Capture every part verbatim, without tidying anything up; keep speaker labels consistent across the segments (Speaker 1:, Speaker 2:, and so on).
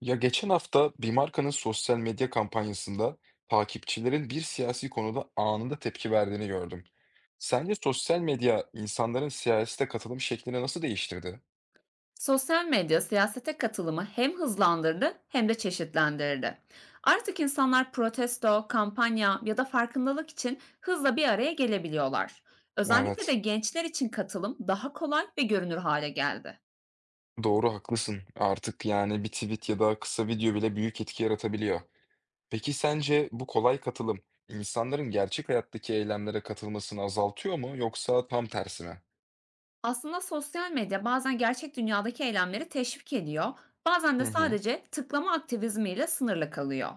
Speaker 1: Ya geçen hafta bir markanın sosyal medya kampanyasında takipçilerin bir siyasi konuda anında tepki verdiğini gördüm. Sence sosyal medya insanların siyasete katılım şeklini nasıl değiştirdi?
Speaker 2: Sosyal medya siyasete katılımı hem hızlandırdı hem de çeşitlendirdi. Artık insanlar protesto, kampanya ya da farkındalık için hızla bir araya gelebiliyorlar. Özellikle de
Speaker 1: Evet,
Speaker 2: gençler için katılım daha kolay ve görünür hale geldi.
Speaker 1: doğru haklısın. Artık yani bir tweet ya da kısa video bile büyük etki yaratabiliyor. Peki sence bu kolay katılım insanların gerçek hayattaki eylemlere katılmasını azaltıyor mu yoksa tam tersine?
Speaker 2: Aslında sosyal medya bazen gerçek dünyadaki eylemleri teşvik ediyor, bazen de
Speaker 1: Hı hı,
Speaker 2: sadece tıklama aktivizmiyle sınırlı kalıyor.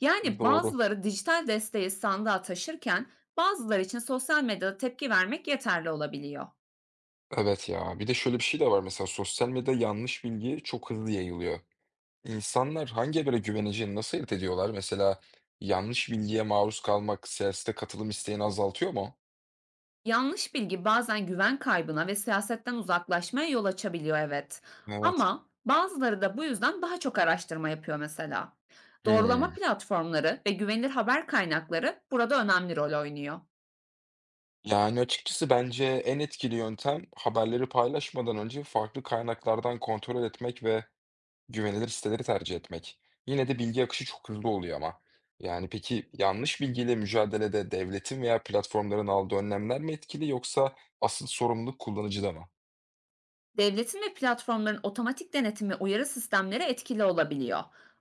Speaker 2: Yani
Speaker 1: doğru.
Speaker 2: bazıları dijital desteği sandığa taşırken bazıları için sosyal medyada tepki vermek yeterli olabiliyor.
Speaker 1: Evet ya. Bir de şöyle bir şey de var, mesela sosyal medyada yanlış bilgi çok hızlı yayılıyor. İnsanlar hangi habere güveneceğini nasıl ayırt ediyorlar? Mesela yanlış bilgiye maruz kalmak siyasete katılım isteğini azaltıyor mu?
Speaker 2: Yanlış bilgi bazen güven kaybına ve siyasetten uzaklaşmaya yol açabiliyor evet.
Speaker 1: Evet.
Speaker 2: Ama bazıları da bu yüzden daha çok araştırma yapıyor mesela. Doğrulama
Speaker 1: Hmm.
Speaker 2: platformları ve güvenilir haber kaynakları burada önemli rol oynuyor.
Speaker 1: Yani açıkçası bence en etkili yöntem haberleri paylaşmadan önce farklı kaynaklardan kontrol etmek ve güvenilir siteleri tercih etmek. Yine de bilgi akışı çok hızlı oluyor ama. Yani peki yanlış bilgiyle mücadelede devletin veya platformların aldığı önlemler mi etkili yoksa asıl sorumluluk kullanıcıda mı?
Speaker 2: Devletin ve platformların otomatik denetim ve uyarı sistemleri etkili olabiliyor.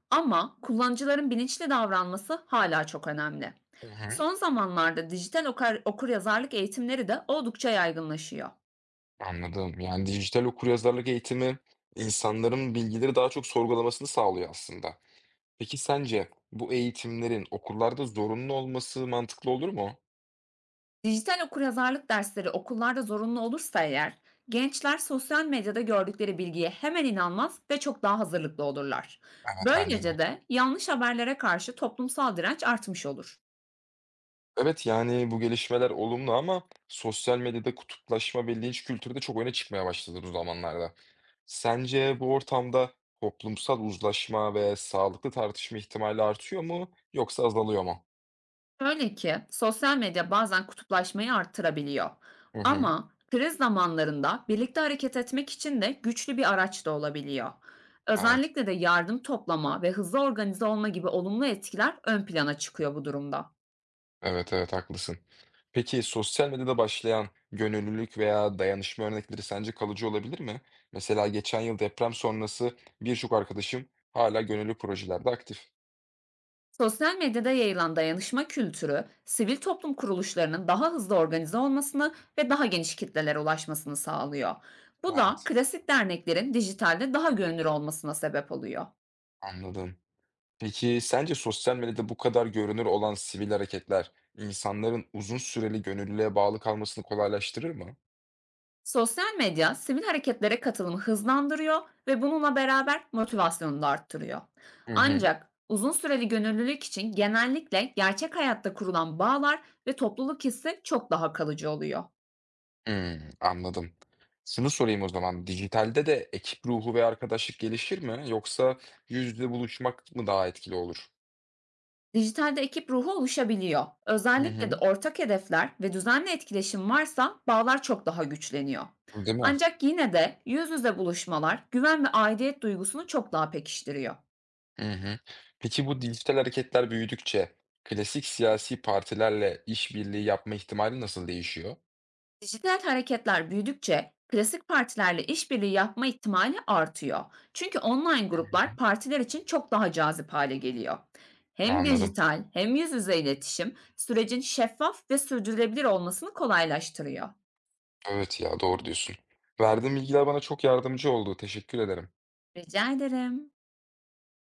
Speaker 2: Ama kullanıcıların bilinçli davranması hala çok önemli.
Speaker 1: Hı hı.
Speaker 2: Son zamanlarda dijital okur, okuryazarlık eğitimleri de oldukça yaygınlaşıyor.
Speaker 1: Anladım. Yani, dijital okuryazarlık eğitimi insanların bilgileri daha çok sorgulamasını sağlıyor aslında. Peki sence bu eğitimlerin okullarda zorunlu olması mantıklı olur mu?
Speaker 2: Dijital okuryazarlık dersleri okullarda zorunlu olursa eğer, gençler sosyal medyada gördükleri bilgiye hemen inanmaz ve çok daha hazırlıklı olurlar.
Speaker 1: Evet, bence de.
Speaker 2: Böylece de yanlış haberlere karşı toplumsal direnç artmış olur.
Speaker 1: Evet, yani, bu gelişmeler olumlu ama sosyal medyada kutuplaşma ve linç kültürü de çok öne çıkmaya başladı bu zamanlarda. Sence bu ortamda toplumsal uzlaşma ve sağlıklı tartışma ihtimali artıyor mu yoksa azalıyor mu?
Speaker 2: Şöyle ki, sosyal medya bazen kutuplaşmayı arttırabiliyor.
Speaker 1: Hı hı.
Speaker 2: Ama kriz zamanlarında birlikte hareket etmek için de güçlü bir araç da olabiliyor.
Speaker 1: Evet.
Speaker 2: Özellikle de yardım toplama ve hızlı organize olma gibi olumlu etkiler ön plana çıkıyor bu durumda.
Speaker 1: Evet, evet, haklısın. Peki sosyal medyada başlayan gönüllülük veya dayanışma örnekleri sence kalıcı olabilir mi? Mesela geçen yıl deprem sonrası birçok arkadaşım hala gönüllü projelerde aktif.
Speaker 2: Sosyal medyada yayılan dayanışma kültürü, sivil toplum kuruluşlarının daha hızlı organize olmasını ve daha geniş kitlelere ulaşmasını sağlıyor. Bu da
Speaker 1: Evet,
Speaker 2: klasik derneklerin dijitalde daha görünür olmasına sebep oluyor.
Speaker 1: anladım. Peki sence sosyal medyada bu kadar görünür olan sivil hareketler insanların uzun süreli gönüllülüğe bağlı kalmasını kolaylaştırır mı?
Speaker 2: Sosyal medya sivil hareketlere katılımı hızlandırıyor ve bununla beraber motivasyonu da arttırıyor.
Speaker 1: Hı hı.
Speaker 2: Ancak uzun süreli gönüllülük için genellikle gerçek hayatta kurulan bağlar ve topluluk hissi çok daha kalıcı oluyor.
Speaker 1: Hmm, anladım. Şunu sorayım o zaman. Dijitalde de ekip ruhu ve arkadaşlık gelişir mi? Yoksa yüz yüze buluşmak mı daha etkili olur?
Speaker 2: Dijitalde ekip ruhu oluşabiliyor.
Speaker 1: Hı
Speaker 2: Özellikle de
Speaker 1: hı.
Speaker 2: ortak hedefler ve düzenli etkileşim varsa bağlar çok daha güçleniyor.
Speaker 1: Değil mi?
Speaker 2: Ancak yine de yüz yüze buluşmalar güven ve aidiyet duygusunu çok daha pekiştiriyor.
Speaker 1: Hı hı. Peki bu dijital hareketler büyüdükçe klasik siyasi partilerle işbirliği yapma ihtimali nasıl değişiyor?
Speaker 2: Dijital hareketler büyüdükçe klasik partilerle işbirliği yapma ihtimali artıyor. Çünkü online
Speaker 1: Hı
Speaker 2: gruplar partiler için çok daha cazip hale geliyor.
Speaker 1: hı.
Speaker 2: Hem
Speaker 1: Anladım.
Speaker 2: dijital hem yüz yüze iletişim sürecin şeffaf ve sürdürülebilir olmasını kolaylaştırıyor.
Speaker 1: Evet ya, doğru diyorsun. Verdiğin bilgiler bana çok yardımcı oldu. Teşekkür ederim.
Speaker 2: Rica ederim.